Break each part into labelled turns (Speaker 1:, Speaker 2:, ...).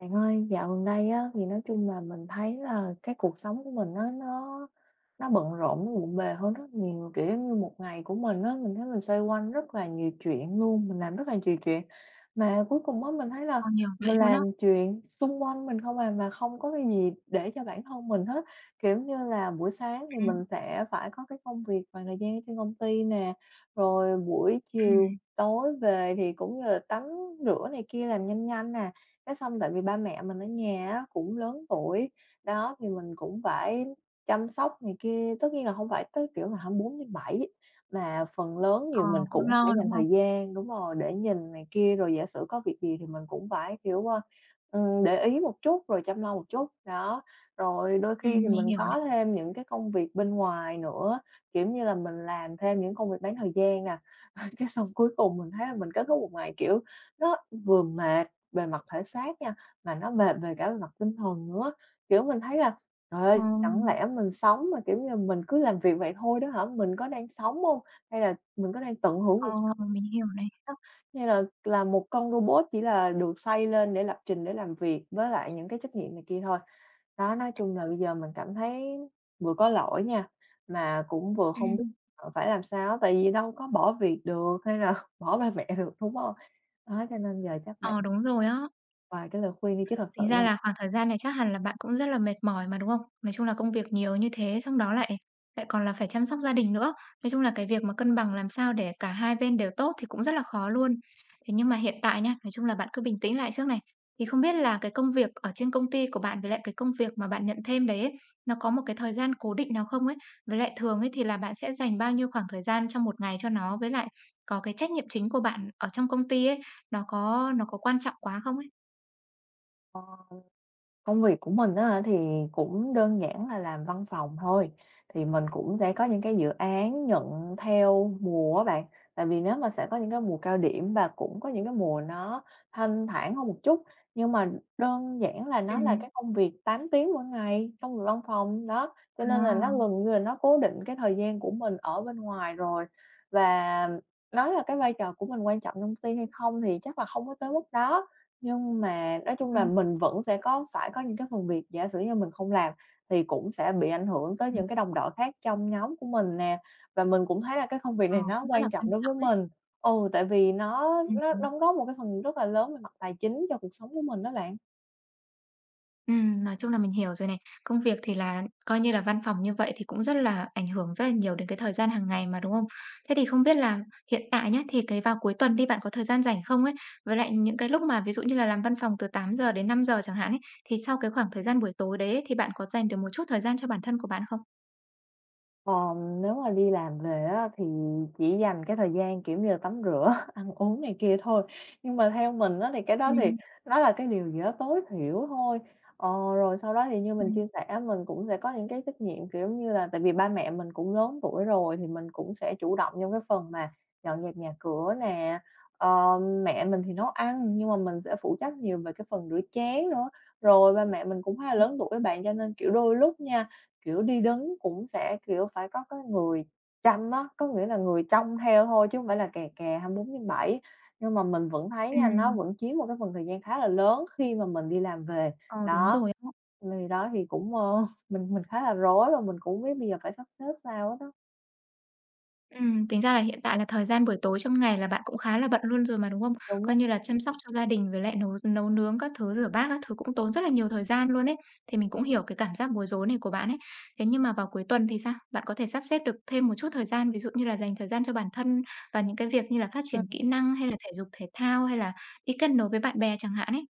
Speaker 1: Bạn ơi, dạo gần đây á, thì nói chung là mình thấy là cái cuộc sống của mình nó bận rộn, nó bộn bề hơn rất nhiều, kiểu như, một ngày của mình á, mình thấy mình xoay quanh rất là nhiều chuyện luôn, mình làm rất là nhiều chuyện. Mà cuối cùng á, mình thấy là
Speaker 2: Ờ, nhiều vậy
Speaker 1: mình
Speaker 2: luôn á.
Speaker 1: làm chuyện xung quanh mình không à, mà không có cái gì để cho bản thân mình hết. Kiểu như là, buổi sáng thì mình
Speaker 2: Ừm,
Speaker 1: sẽ phải có cái công việc và thời gian ở trên công ty nè, rồi buổi chiều
Speaker 2: ừm,
Speaker 1: tối về thì cũng như là tắm rửa này kia làm nhanh nhanh nè, cái xong tại vì ba mẹ mình ở nhà á cũng lớn tuổi, đó, thì mình cũng phải chăm sóc này kia, tất nhiên là hông phải tới, kiểu là, 24 bảy, mà phần lớn nhiều
Speaker 2: ờ,
Speaker 1: mình
Speaker 2: cũng
Speaker 1: cũng phải
Speaker 2: lo,
Speaker 1: dành
Speaker 2: đúng không?
Speaker 1: thời gian đúng rồi, để nhìn này kia, rồi giả sử có việc gì thì mình cũng phải, kiểu, ơ, để ý một chút, rồi chăm lo một chút, đó. Rồi đôi khi thì
Speaker 2: Mình
Speaker 1: mình
Speaker 2: hiểu này.
Speaker 1: có thêm những cái công việc bên ngoài nữa, kiểu như là, mình làm thêm những công việc bán thời gian nè, cái xong cuối cùng mình thấy là mình kết thúc một ngày, kiểu, nó vừa mệt về mặt thể xác nha, mà nó về về cả về mặt tinh thần nữa. Kiểu, mình thấy là: "Trời
Speaker 2: Ờ,
Speaker 1: ơi, chẳng lẽ mình sống mà, kiểu như, mình cứ làm việc vậy thôi đó hả? Mình có đang sống không? Hay là mình có đang tận hưởng cuộc
Speaker 2: ờ,
Speaker 1: sống?
Speaker 2: mình hiểu này.
Speaker 1: Đó, hay là một con robot chỉ là được xây lên để lập trình, để làm việc với lại những cái trách nhiệm này kia thôi." Đó, nói chung là bây giờ mình cảm thấy vừa có lỗi nha, mà cũng vừa không biết,
Speaker 2: Ừm,
Speaker 1: ờ, phải làm sao tại vì đâu có bỏ việc được hay là bỏ ba mẹ được, đúng không? Đó, cho nên giờ chắc
Speaker 2: ờ,
Speaker 1: bạn
Speaker 2: đúng rồi á.
Speaker 1: vài cái lời khuyên đi chứ thật sự
Speaker 2: Tính
Speaker 1: nha.
Speaker 2: ra là khoảng thời gian này chắc hẳn là bạn cũng rất là mệt mỏi mà, đúng không? Nói chung là công việc nhiều như thế, xong đó lại lại còn là phải chăm sóc gia đình nữa. Nói chung là cái việc mà cân bằng làm sao để cả hai bên đều tốt thì cũng rất là khó luôn. Thế nhưng mà hiện tại nha, nói chung là bạn cứ bình tĩnh lại trước này. Thì không biết là cái công việc ở trên công ty của bạn với lại cái công việc mà bạn nhận thêm đấy ấy, nó có một cái thời gian cố định nào không ấy? Với lại thường ấy thì là bạn sẽ dành bao nhiêu khoảng thời gian trong một ngày cho nó với lại có cái trách nhiệm chính của bạn ở trong công ty ấy, nó có quan trọng quá không ấy?
Speaker 1: Ờ, công việc của mình á thì cũng đơn giản là làm văn phòng thôi, thì mình cũng sẽ có những cái dự án nhận theo mùa á bạn. Tại vì nếu mà sẽ có những cái mùa cao điểm và cũng có những cái mùa nó thanh thản hơn một chút, nhưng mà đơn giản là nó là
Speaker 2: Ừm.
Speaker 1: cái công việc 8 tiếng mỗi ngày, trong việc văn phòng, đó, cho nên là
Speaker 2: À.
Speaker 1: nó gần như là nó cố định cái thời gian của mình ở bên ngoài rồi. Và nói là cái vai trò của mình quan trọng trong công ty hay không thì chắc là không có tới mức đó. Nhưng mà nói chung là
Speaker 2: Ừm,
Speaker 1: mình vẫn sẽ có phải có những cái phần việc giả sử như mình không làm thì cũng sẽ bị ảnh hưởng tới
Speaker 2: ừm,
Speaker 1: những cái đồng đội khác trong nhóm của mình nè, và mình cũng thấy là cái công việc
Speaker 2: ờ,
Speaker 1: này nó
Speaker 2: cũng rất là
Speaker 1: quan trọng
Speaker 2: quan
Speaker 1: đối
Speaker 2: trọng
Speaker 1: với
Speaker 2: ấy.
Speaker 1: mình. Ừ, tại vì nó nó
Speaker 2: Hứm.
Speaker 1: đóng góp một cái phần rất là lớn về mặt tài chính cho cuộc sống của mình đó bạn.
Speaker 2: Nói chung là mình hiểu rồi này. Công việc thì là coi như là văn phòng như vậy thì cũng rất là ảnh hưởng rất là nhiều đến cái thời gian hàng ngày mà, đúng không? Thế thì không biết là hiện tại nhá, thì cái vào cuối tuần đi, bạn có thời gian rảnh không ấy? Với lại những cái lúc mà ví dụ như là làm văn phòng từ 8 giờ đến 5 giờ chẳng hạn ấy, thì sau cái khoảng thời gian buổi tối đấy ấy, thì bạn có dành được một chút thời gian cho bản thân của bạn không?
Speaker 1: Ờ, nếu mà đi làm về á thì chỉ dành cái thời gian, kiểu như là, tắm rửa, ăn uống này kia thôi. Nhưng mà theo mình á thì cái đó thì
Speaker 2: Ừm,
Speaker 1: nó là cái điều gì đó tối thiểu thôi. Ờ, rồi sau đó thì như mình
Speaker 2: ừm,
Speaker 1: chia sẻ mình cũng sẽ có những cái trách nhiệm, kiểu như là, tại vì ba mẹ mình cũng lớn tuổi rồi thì mình cũng sẽ chủ động trong cái phần mà dọn dẹp nhà cửa nè. Ờ, mẹ mình thì nấu ăn nhưng mà mình sẽ phụ trách nhiều về cái phần rửa chén nữa. Rồi ba mẹ mình cũng khá là
Speaker 2: ừm.
Speaker 1: lớn tuổi á bạn, cho nên, kiểu, đôi lúc nha, kiểu, đi đứng cũng sẽ, kiểu, phải có cái người chăm á, có nghĩa là người trông theo thôi chứ không phải là kè kè 24 bảy. Nhưng mà mình vẫn thấy nha, nó
Speaker 2: Ừm,
Speaker 1: vẫn chiếm một cái phần thời gian khá là lớn khi mà mình đi làm về.
Speaker 2: ờ, đúng
Speaker 1: Đó,
Speaker 2: rồi.
Speaker 1: đó thì cũng, ơ, mình khá là rối và mình cũng hông biết bây giờ phải sắp xếp sao hết á.
Speaker 2: Tính ra là hiện tại là thời gian buổi tối trong ngày là bạn cũng khá là bận luôn rồi mà, đúng không?
Speaker 1: Đúng rồi.
Speaker 2: Coi như là chăm sóc cho gia đình với lại nấu nấu nướng các thứ, rửa bát các thứ cũng tốn rất là nhiều thời gian luôn ấy. Thì mình cũng hiểu cái cảm giác bối rối này của bạn ấy. Thế nhưng mà vào cuối tuần thì sao? Bạn có thể sắp xếp được thêm một chút thời gian, ví dụ như là dành thời gian cho bản thân và những cái việc như là phát triển kỹ năng hay là thể dục thể thao hay là đi kết nối với bạn bè chẳng hạn ấy.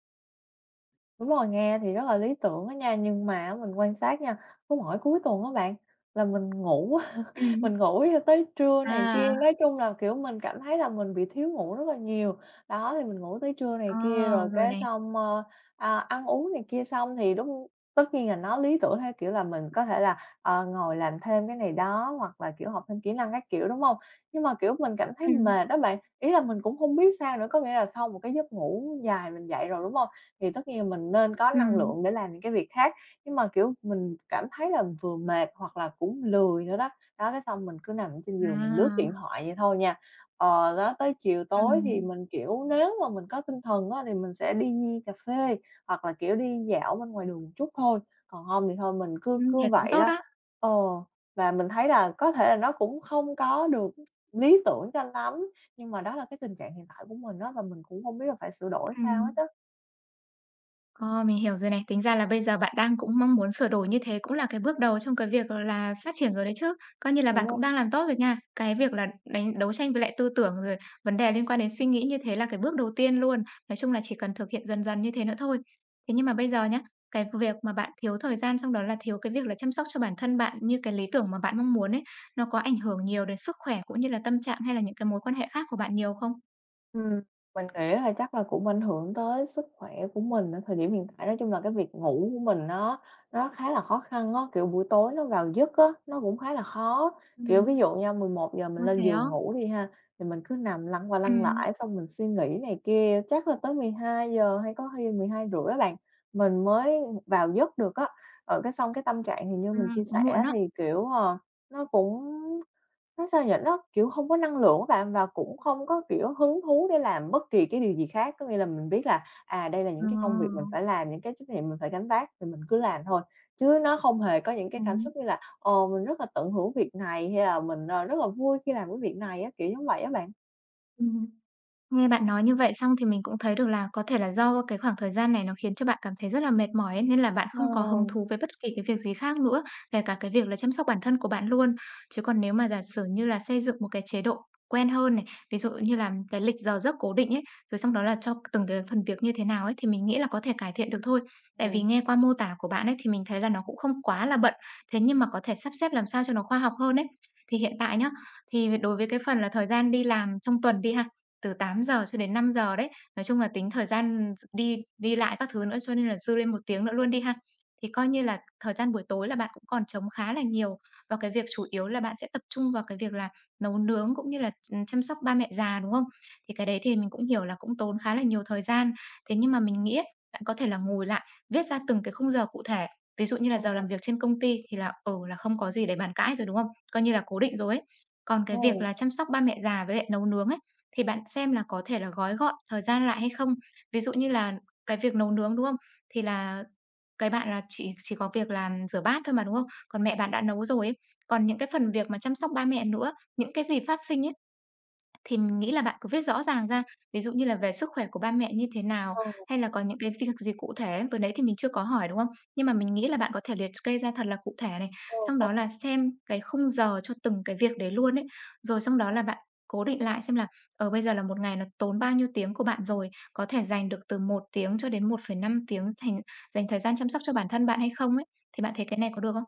Speaker 1: Đúng rồi, nghe thì rất là lý tưởng á nha, nhưng mà á mình quan sát nha, có mỗi cuối tuần á bạn là mình ngủ,
Speaker 2: Ừm.
Speaker 1: mình ngủ cho tới trưa này kia,
Speaker 2: À,
Speaker 1: nói chung là, kiểu, mình cảm thấy là mình bị thiếu ngủ rất là nhiều. Đó, thì mình ngủ tới trưa này
Speaker 2: ờ,
Speaker 1: kia rồi
Speaker 2: rồi
Speaker 1: cái
Speaker 2: này.
Speaker 1: xong, ơ, à, ăn uống này kia xong thì đúng, tất nhiên là nó lý tưởng theo kiểu là mình có thể là, ờ, ngồi làm thêm cái này đó hoặc là, kiểu, học thêm kỹ năng các kiểu, đúng không? Nhưng mà, kiểu, mình cảm thấy
Speaker 2: Ừm,
Speaker 1: mệt đó bạn, ý là mình cũng không biết sao nữa, có nghĩa là sau một cái giấc ngủ dài mình dậy rồi, đúng không, thì tất nhiên mình nên có năng
Speaker 2: ừm,
Speaker 1: lượng để làm những cái việc khác, nhưng mà, kiểu, mình cảm thấy là vừa mệt hoặc là cũng lười nữa đó. Đó, cái xong mình cứ nằm ở trên giường mình lướt điện
Speaker 2: à,
Speaker 1: thoại vậy thôi nha. Ờ, đó, tới chiều tối thì
Speaker 2: ừm,
Speaker 1: mình, kiểu, nếu mà mình có tinh thần á thì mình sẽ đi cà phê hoặc là, kiểu, đi dạo bên ngoài đường một chút thôi, còn hông thì thôi mình cứ
Speaker 2: ừm,
Speaker 1: cứ
Speaker 2: thế cũng
Speaker 1: vậy
Speaker 2: tốt
Speaker 1: đó.
Speaker 2: đó.
Speaker 1: Ờ, và mình thấy là có thể là nó cũng không có được lý tưởng cho lắm, nhưng mà đó là cái tình trạng hiện tại của mình đó và mình cũng không biết là phải sửa đổi sao hết
Speaker 2: Ừm.
Speaker 1: á.
Speaker 2: Ờ, mình hiểu rồi này. Tính ra là bây giờ bạn đang cũng mong muốn sửa đổi như thế cũng là cái bước đầu trong cái việc, là, phát triển rồi đấy chứ. Coi như là bạn
Speaker 1: Ừm.
Speaker 2: cũng đang làm tốt rồi nha. Cái việc là đấu tranh với lại tư tưởng, rồi vấn đề liên quan đến suy nghĩ như thế là cái bước đầu tiên luôn. Nói chung là chỉ cần thực hiện dần dần như thế nữa thôi. Thế nhưng mà bây giờ nhá, cái việc mà bạn thiếu thời gian, xong đó là thiếu cái việc là chăm sóc cho bản thân bạn như cái lý tưởng mà bạn mong muốn ấy, nó có ảnh hưởng nhiều đến sức khỏe cũng như là tâm trạng hay là những cái mối quan hệ khác của bạn nhiều không?
Speaker 1: Ừm, mình nghĩ là chắc là cũng ảnh hưởng tới sức khỏe của mình ở thời điểm hiện tại. Nói chung là cái việc ngủ của mình nó khá là khó khăn á, kiểu, buổi tối nó vào giấc á, nó cũng khá là khó. Kiểu, ví
Speaker 2: Ừm.
Speaker 1: dụ nha, 11 giờ mình
Speaker 2: Ôi,
Speaker 1: lên
Speaker 2: thế á?
Speaker 1: giường ngủ đi ha, thì mình cứ nằm lăn qua lăn lại
Speaker 2: Ừm,
Speaker 1: xong mình suy nghĩ này kia, chắc là tới 12 giờ hay có khi 12:30 á bạn, mình mới vào giấc được á. Ở cái xong cái tâm trạng thì như mình
Speaker 2: ừm,
Speaker 1: chia
Speaker 2: cũng muộn
Speaker 1: sẻ
Speaker 2: á.
Speaker 1: thì, kiểu, ờ, nó cũng nó sao nhỉ? Nó, kiểu, không có năng lượng á bạn, và cũng không có, kiểu, hứng thú để làm bất kỳ cái điều gì khác. Có nghĩa là mình biết là, à, đây là
Speaker 2: Ờ.
Speaker 1: những cái công việc mình phải làm, những cái trách nhiệm mình phải gánh vác thì mình cứ làm thôi, chứ nó không hề có những cái cảm xúc
Speaker 2: Ừm.
Speaker 1: như là, ờ, mình rất là tận hưởng việc này hay là mình, ờ, rất là vui khi làm cái việc này á, kiểu như vậy á bạn.
Speaker 2: Ừm, Nghe bạn nói như vậy xong thì mình cũng thấy được là có thể là do cái khoảng thời gian này nó khiến cho bạn cảm thấy rất là mệt mỏi ấy, nên là bạn
Speaker 1: Ờ.
Speaker 2: không có hứng thú với bất kỳ cái việc gì khác nữa, kể cả cái việc là chăm sóc bản thân của bạn luôn. Chứ còn nếu mà giả sử như là xây dựng một cái chế độ quen hơn này, ví dụ như là cái lịch giờ giấc cố định ấy, rồi xong đó là cho từng cái phần việc như thế nào ấy thì mình nghĩ là có thể cải thiện được thôi. Tại vì
Speaker 1: Ừm.
Speaker 2: nghe qua mô tả của bạn ấy thì mình thấy là nó cũng không quá là bận, thế nhưng mà có thể sắp xếp làm sao cho nó khoa học hơn ấy. Thì hiện tại nhá, thì đối với cái phần là thời gian đi làm trong tuần đi ha từ 8 giờ cho đến 5 giờ đấy. Nói chung là tính thời gian d đi đi lại các thứ nữa, cho nên là dư lên 1 tiếng nữa luôn đi ha. Thì coi như là thời gian buổi tối là bạn cũng còn trống khá là nhiều, và cái việc chủ yếu là bạn sẽ tập trung vào cái việc là nấu nướng cũng như là chăm sóc ba mẹ già, đúng không? Thì cái đấy thì mình cũng hiểu là cũng tốn khá là nhiều thời gian. Thế nhưng mà mình nghĩ ấy, bạn có thể là ngồi lại, viết ra từng cái khung giờ cụ thể. Ví dụ như là giờ
Speaker 1: Ừ.
Speaker 2: làm việc trên công ty thì là, ừ, là không có gì để bàn cãi rồi, đúng không? Coi như là cố định rồi ấy. Còn cái việc là chăm sóc ba mẹ già với lại nấu nướng ấy, thì bạn xem là có thể là gói gọn thời gian lại hay không? Ví dụ như là cái việc nấu nướng, đúng không? Thì là cái bạn là chỉ có việc là rửa bát thôi mà, đúng không? Còn mẹ bạn đã nấu rồi ấy. Còn những cái phần việc mà chăm sóc ba mẹ nữa, những cái gì phát sinh ấy thì mình nghĩ là bạn cứ viết rõ ràng ra, ví dụ như là về sức khỏe của ba mẹ như thế nào,
Speaker 1: Ừ,
Speaker 2: hay là có những cái việc gì cụ thể, vừa nãy thì mình chưa có hỏi, đúng không? Nhưng mà mình nghĩ là bạn có thể liệt kê ra thật là cụ thể này,
Speaker 1: ừ,
Speaker 2: xong
Speaker 1: ừ.
Speaker 2: đó là xem cái khung giờ cho từng cái việc đấy luôn ấy. Rồi xong đó là bạn cố định lại xem là, ở bây giờ là một ngày nó tốn bao nhiêu tiếng của bạn rồi, có thể dành được từ 1 tiếng cho đến 1,5 tiếng thành dành thời gian chăm sóc cho bản thân bạn hay không ấy. Thì bạn thấy cái này có được không?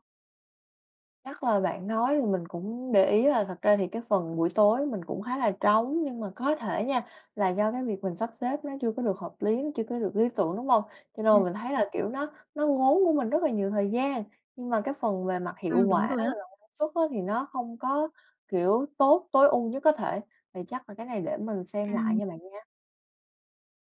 Speaker 1: Chắc là bạn nói thì mình cũng để ý là thật ra thì cái phần buổi tối mình cũng khá là trống, nhưng mà có thể nha, là do cái việc mình sắp xếp nó chưa có được hợp lý, nó chưa có được lý tưởng, đúng không? Cho nên
Speaker 2: Ừm.
Speaker 1: mình thấy là, kiểu, nó ngốn của mình rất là nhiều thời gian, nhưng mà cái phần về mặt hiệu
Speaker 2: Đúng
Speaker 1: quả,
Speaker 2: rồi
Speaker 1: về
Speaker 2: á.
Speaker 1: mặt năng suất á thì nó không có, kiểu, tốt tối ưu nhất có thể. Thì chắc là cái này để mình xem lại
Speaker 2: Ừm.
Speaker 1: nha bạn.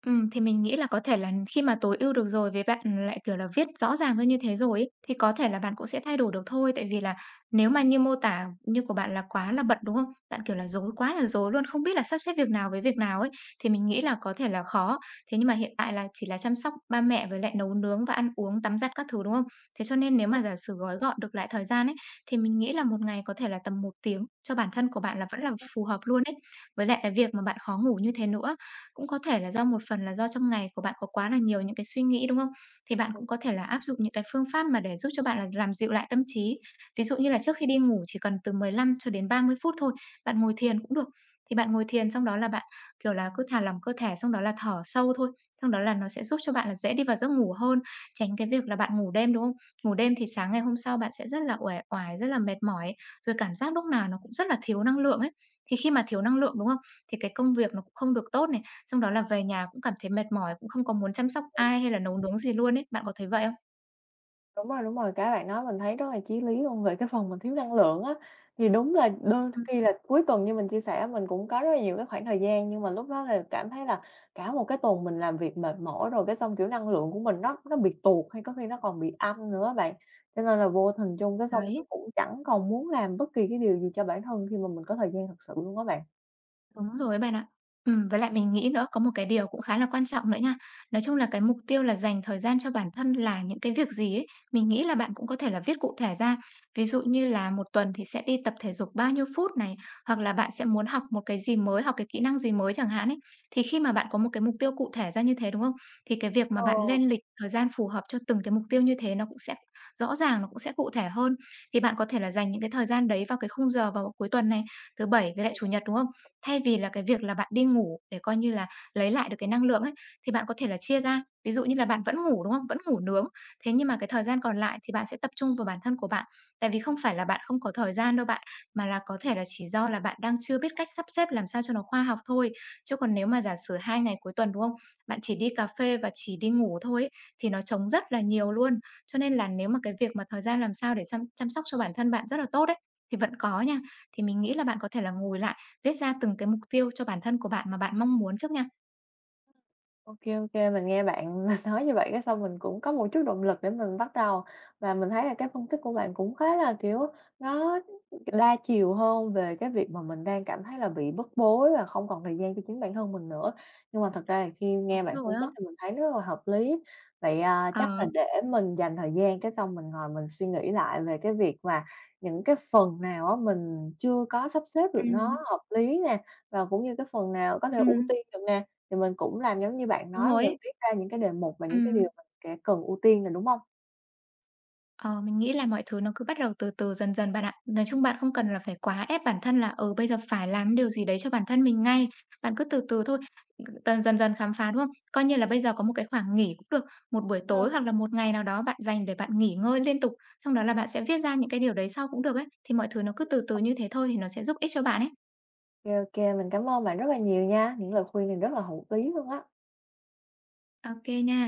Speaker 2: Thì mình nghĩ là có thể là khi mà tối ưu được rồi với bạn lại, kiểu là, viết rõ ràng ra như thế rồi ấy, thì có thể là bạn cũng sẽ thay đổi được thôi. Tại vì là nếu mà như mô tả như của bạn là quá là bận, đúng không? Bạn, kiểu là, rối quá là rối luôn, không biết là sắp xếp việc nào với việc nào ấy, thì mình nghĩ là có thể là khó. Thế nhưng mà hiện tại là chỉ là chăm sóc ba mẹ với lại nấu nướng và ăn uống, tắm giặt các thứ, đúng không? Thế cho nên nếu mà giả sử gói gọn được lại thời gian ấy, thì mình nghĩ là một ngày có thể là tầm 1 tiếng cho bản thân của bạn là vẫn là phù hợp luôn ấy. Với lại cái việc mà bạn khó ngủ như thế nữa cũng có thể là do một phần là do trong ngày của bạn có quá là nhiều những cái suy nghĩ, đúng không? Thì bạn cũng có thể là áp dụng những cái phương pháp mà để giúp cho bạn là làm dịu lại tâm trí. Ví dụ như là trước khi đi ngủ chỉ cần từ 15 cho đến 30 phút thôi, bạn ngồi thiền cũng được. Thì bạn ngồi thiền xong đó là bạn, kiểu là, cứ thả lỏng cơ thể, xong đó là thở sâu thôi, xong đó là nó sẽ giúp cho bạn là dễ đi vào giấc ngủ hơn, tránh cái việc là bạn ngủ đêm, đúng không? Ngủ đêm thì sáng ngày hôm sau bạn sẽ rất là uể oải, rất là mệt mỏi ấy, rồi cảm giác lúc nào nó cũng rất là thiếu năng lượng ấy. Thì khi mà thiếu năng lượng, đúng không? Thì cái công việc nó cũng không được tốt này, xong đó là về nhà cũng cảm thấy mệt mỏi, cũng không có muốn chăm sóc ai hay là nấu nướng gì luôn ấy. Bạn có thấy vậy không?
Speaker 1: Đúng rồi, cái bạn nói mình thấy rất là chí lý luôn, về cái phần mình thiếu năng lượng á, thì đúng là đôi
Speaker 2: Ừm.
Speaker 1: khi là cuối tuần như mình chia sẻ mình cũng có rất là nhiều cái khoảng thời gian, nhưng mà lúc đó là cảm thấy là cả một cái tuần mình làm việc mệt mỏi rồi, cái xong, kiểu, năng lượng của mình nó bị tụt hay có khi nó còn bị âm nữa á bạn. Cho nên là vô hình chung cái xong mình
Speaker 2: Đấy.
Speaker 1: cũng chẳng còn muốn làm bất kỳ cái điều gì cho bản thân khi mà mình có thời gian thật sự luôn á bạn.
Speaker 2: Đúng rồi ấy bạn ạ. Với lại mình nghĩ nữa, có một cái điều cũng khá là quan trọng nữa nha. Nói chung là cái mục tiêu là dành thời gian cho bản thân là những cái việc gì ấy, mình nghĩ là bạn cũng có thể là viết cụ thể ra. Ví dụ như là một tuần thì sẽ đi tập thể dục bao nhiêu phút này, hoặc là bạn sẽ muốn học một cái gì mới, học cái kỹ năng gì mới chẳng hạn ấy. Thì khi mà bạn có một cái mục tiêu cụ thể ra như thế, đúng không? Thì cái việc mà
Speaker 1: Ờ.
Speaker 2: bạn lên lịch thời gian phù hợp cho từng cái mục tiêu như thế nó cũng sẽ rõ ràng, nó cũng sẽ cụ thể hơn. Thì bạn có thể là dành những cái thời gian đấy vào cái khung giờ vào cuối tuần này, thứ Bảy với lại Chủ nhật, đúng không? Thay vì là cái việc là bạn đi ngủ để coi như là lấy lại được cái năng lượng ấy, thì bạn có thể là chia ra. Ví dụ như là bạn vẫn ngủ, đúng không? Vẫn ngủ nướng, thế nhưng mà cái thời gian còn lại thì bạn sẽ tập trung vào bản thân của bạn. Tại vì không phải là bạn không có thời gian đâu bạn, mà là có thể là chỉ do là bạn đang chưa biết cách sắp xếp làm sao cho nó khoa học thôi. Chứ còn nếu mà giả sử 2 ngày cuối tuần, đúng không? Bạn chỉ đi cà phê và chỉ đi ngủ thôi ấy, thì nó trống rất là nhiều luôn. Cho nên là nếu mà cái việc mà thời gian làm sao để chăm chăm sóc cho bản thân bạn rất là tốt ấy, thì vẫn có nha. Thì mình nghĩ là bạn có thể là ngồi lại, viết ra từng cái mục tiêu cho bản thân của bạn mà bạn mong muốn trước nha.
Speaker 1: Ok, ok, mình nghe bạn nói như vậy cái xong mình cũng có một chút động lực để mình bắt đầu. Và mình thấy là cái phân tích của bạn cũng khá là, kiểu, nó đa chiều hơn về cái việc mà mình đang cảm thấy là bị bức bối và không còn thời gian cho chính bản thân mình nữa. Nhưng mà thật ra là khi nghe
Speaker 2: Đúng
Speaker 1: bạn phân
Speaker 2: rồi á.
Speaker 1: tích thì mình thấy rất là hợp lý. Vậy, à, chắc là
Speaker 2: Ờ,
Speaker 1: để mình dành thời gian cái xong mình ngồi mình suy nghĩ lại về cái việc mà những cái phần nào á mình chưa có sắp xếp được nó
Speaker 2: ừm,
Speaker 1: hợp lý nè, và cũng như cái phần nào có thể ưu
Speaker 2: ừm,
Speaker 1: tiên được nè. Thì mình cũng làm giống như bạn
Speaker 2: đúng
Speaker 1: nói,
Speaker 2: rồi
Speaker 1: mình
Speaker 2: ấy.
Speaker 1: viết ra những cái đề mục và những cái điều
Speaker 2: Ừm,
Speaker 1: mình sẽ cần ưu tiên nè, đúng hông?
Speaker 2: ờ, mình nghĩ là mọi thứ nó cứ bắt đầu từ từ dần dần bạn ạ. Nói chung bạn không cần là phải quá ép bản thân là, ừ, bây giờ phải làm điều gì đấy cho bản thân mình ngay. Bạn cứ từ từ thôi, dần dần dần khám phá, đúng không? Coi như là bây giờ có một cái khoảng nghỉ cũng được, một buổi
Speaker 1: Ừm.
Speaker 2: tối hoặc là một ngày nào đó bạn dành để bạn nghỉ ngơi liên tục, xong đó là bạn sẽ viết ra những cái điều đấy sau cũng được ấy. Thì mọi thứ nó cứ từ từ như thế thôi thì nó sẽ giúp ích cho bạn ấy.
Speaker 1: Ô kê, mình cảm ơn bạn rất là nhiều nha, những lời khuyên này rất là hữu ý luôn á.
Speaker 2: Ok nha.